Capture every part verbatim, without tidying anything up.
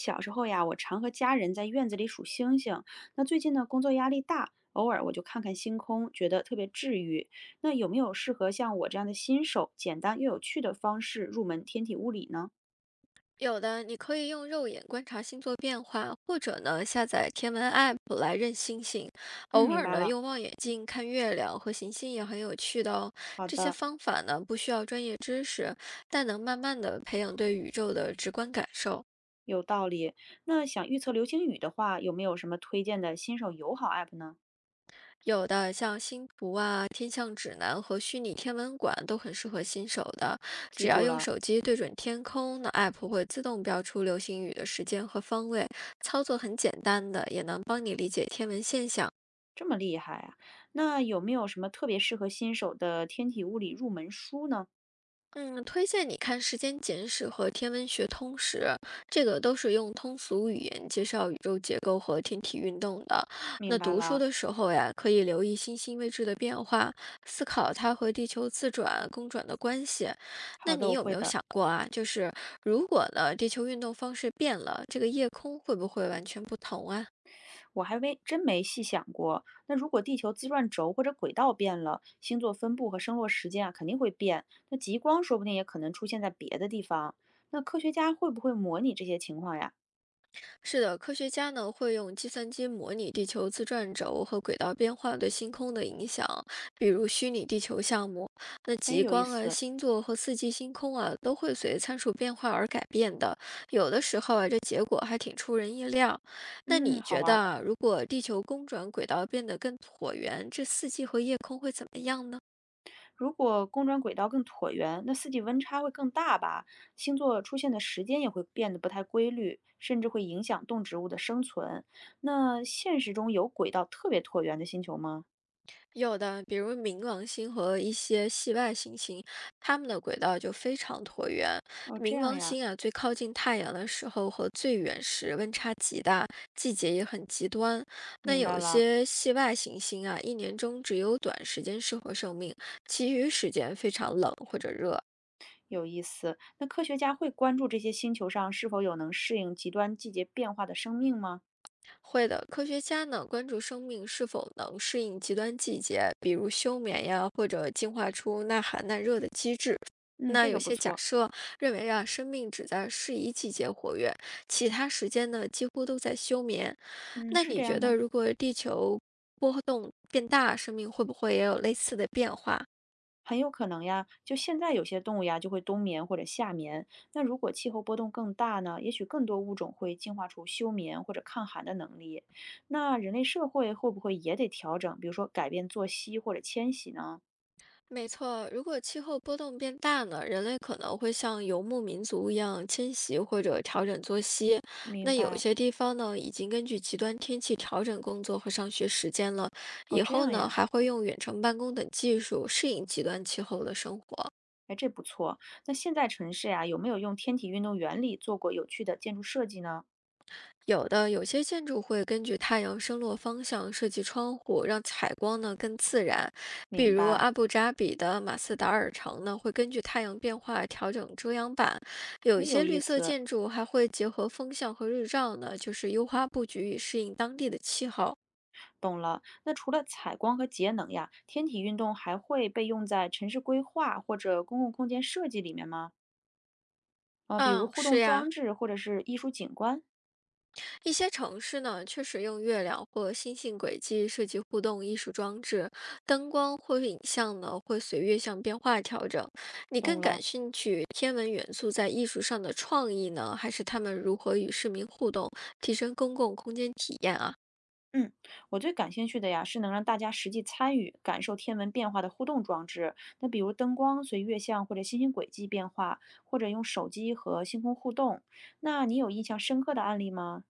小时候呀，我常和家人在院子里数星星。那最近呢，工作压力大，偶尔我就看看星空，觉得特别治愈。那有没有适合像我这样的新手，简单又有趣的方式入门天体物理呢？有的，你可以用肉眼观察星座变化，或者呢下载天文 App 来认星星，嗯，偶明尔白呢了。用望远镜看月亮和行星也很有趣的哦。好这些的，方法呢不需要专业知识，但能慢慢的培养对宇宙的直观感受。有道理。那想预测流星雨的话，有没有什么推荐的新手友好 app 呢？有的像星图啊、天象指南和虚拟天文馆都很适合新手的，只记要住用了，手机对准天空，那 App 会自动标出流星雨的时间和方位，操作很简单的，也能帮你理解天文现象。这么厉害啊！那有没有什么特别适合新手的天体物理入门书呢？嗯，推荐你看《时间简史》和《天文学通史》，这个都是用通俗语言介绍宇宙结构和天体运动的。明那白读书了。的时候呀，可以留意星星位置的变化，思考它和地球自转、公转的关系。那好的，你我有没会有的。想过啊？就是如果呢，地球运动方式变了，这个夜空会不会完全不同啊？我还没真没细想过，那如果地球自转轴或者轨道变了，星座分布和升落时间啊肯定会变。那极光说不定也可能出现在别的地方。那科学家会不会模拟这些情况呀？是的，科学家呢会用计算机模拟地球自转轴和轨道变化对星空的影响，比如虚拟地球项目。那哎，极有意光啊、思，星座和四季星空啊，都会随参数变化而改变的。有的时候啊，这结果还挺出人意料。那嗯，你好觉玩得儿。啊，如果地球公转轨道变得更椭圆，这四季和夜空会怎么样呢？如果公转轨道更椭圆，那四季温差会更大吧？星座出现的时间也会变得不太规律，甚至会影响动植物的生存。那现实中有轨道特别椭圆的星球吗？有的，比如冥王星和一些系外行星，它们的轨道就非常椭圆。哦，这冥样王呀，星啊，最靠近太阳的时候和最远时温差极大，季节也很极端。那明白有一了。些系外行星啊，一年中只有短时间适合生命，其余时间非常冷或者热。有意思。那科学家会关注这些星球上是否有能适应极端季节变化的生命吗？会的，科学家呢关注生命是否能适应极端季节，比如休眠呀，或者进化出耐寒耐热的机制。嗯，那这有个不些假错。设认为啊，生命只在适宜季节活跃，其他时间呢几乎都在休眠。嗯，那是你这样觉得，吗？如果地球波动变大，生命会不会也有类似的变化？很有可能呀。就现在有些动物呀，就会冬眠或者夏眠。那如果气候波动更大呢，也许更多物种会进化出休眠或者抗寒的能力。那人类社会会不会也得调整，比如说改变作息或者迁徙呢？没错，如果气候波动变大呢，人类可能会像游牧民族一样迁徙或者调整作息。明那有白。些地方呢，已经根据极端天气调整工作和上学时间了。哦，以这后样呢，呀。还会用远程办公等技术适应极端气候的生活。哎，这不错。那现在城市呀，有没有用天体运动原理做过有趣的建筑设计呢？有的有些建筑会根据太阳升落方向设计窗户，让采光呢更自然。比明如白。阿布扎比的马斯达尔城呢，会根据太阳变化调整遮阳板。有哎，一些有意绿色思，建筑还会结合风向和日照呢，就是优化布局，以适应当地的气候。懂了。那除了采光和节能呀，天体运动还会被用在城市规划或者公共空间设计里面吗？啊、比如嗯，互动是呀，装置或者是艺术景观。一些城市呢，确实用月亮或星星轨迹设计互动艺术装置，灯光或影像呢会随月相变化调整。你懂更感了。兴趣天文元素在艺术上的创意呢，还是他们如何与市民互动，提升公共空间体验啊？嗯，我最感兴趣的呀是能让大家实际参与、感受天文变化的互动装置。那比如灯光随月相或者星星轨迹变化，或者用手机和星空互动。那你有印象深刻的案例吗？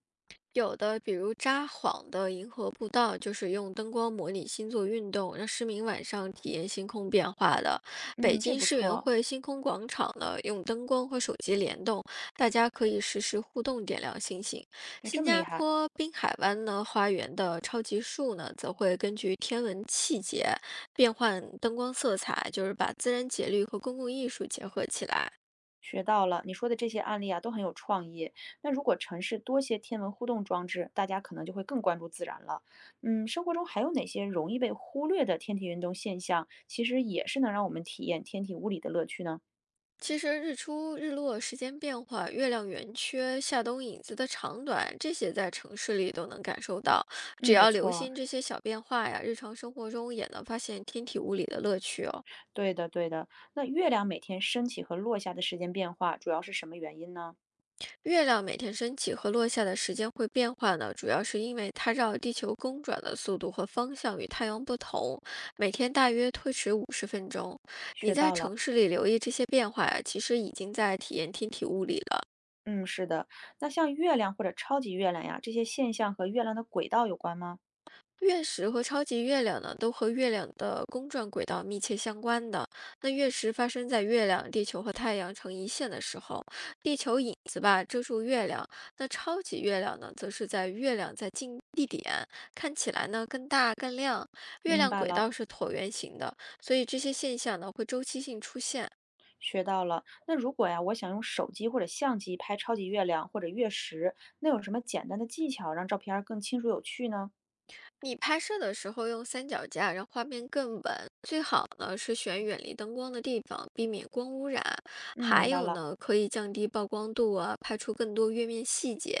有的，比如札幌的银河步道，就是用灯光模拟星座运动，让市民晚上体验星空变化的。北嗯，这京不世园错，会星空广场呢，用灯光和手机联动，大家可以实时互动点亮星星。那这新么厉加害。坡滨海湾呢，花园的超级树呢，则会根据天文气节变换灯光色彩，就是把自然节律和公共艺术结合起来。学到了，你说的这些案例啊都很有创意。那如果城市多些天文互动装置，大家可能就会更关注自然了。嗯，生活中还有哪些容易被忽略的天体运动现象，其实也是能让我们体验天体物理的乐趣呢？其实日出、日落、时间变化、月亮圆缺、夏冬影子的长短，这些在城市里都能感受到。嗯，只没要错留儿，心这些小变化呀，日常生活中也能发现天体物理的乐趣哦。对的，对的。那月亮每天升起和落下的时间变化，主要是什么原因呢？月亮每天升起和落下的时间会变化呢，主要是因为它绕地球公转的速度和方向与太阳不同，每天大约推迟五十分钟。学你在到了。城市里留意这些变化呀，其实已经在体验天体物理了。嗯，是的。那像月亮或者超级月亮呀，这些现象和月亮的轨道有关吗？月食和超级月亮呢，都和月亮的公转轨道密切相关的。那月食发生在月亮、地球和太阳成一线的时候，地球影子吧遮住月亮。那超级月亮呢，则是在月亮在近地点，看起来呢更大更亮。月明亮白轨了。道是椭圆形的，所以这些现象呢会周期性出现。学到了。那如果呀，我想用手机或者相机拍超级月亮或者月食，那有什么简单的技巧让照片儿更清楚有趣呢？你拍摄的时候用三脚架，让画面更稳。最好呢是选远离灯光的地方，避免光污染。嗯，还明白有了。呢，可以降低曝光度啊，拍出更多月面细节。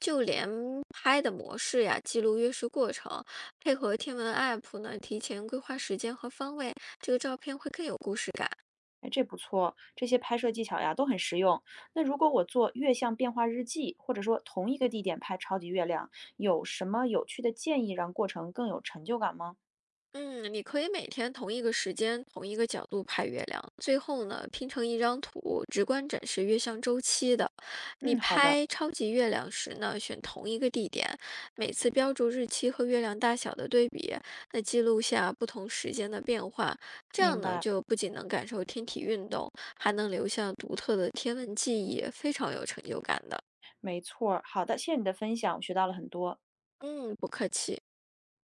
就连拍的模式呀，记录约束过程，配合天文 app 呢，提前规划时间和方位，这个照片会更有故事感。哎，这不错，这些拍摄技巧呀都很实用。那如果我做月相变化日记，或者说同一个地点拍超级月亮，有什么有趣的建议让过程更有成就感吗？嗯，你可以每天同一个时间、同一个角度拍月亮，最后呢拼成一张图，直观展示月相周期的。你嗯，嗯好的，拍超级月亮时呢，选同一个地点，每次标注日期和月亮大小的对比，那记录下不同时间的变化。这样明呢，白，就不仅能感受天体运动，还能留下独特的天文记忆，非常有成就感的。没错儿。好的，谢谢你的分享，我学到了很多。嗯，不客气。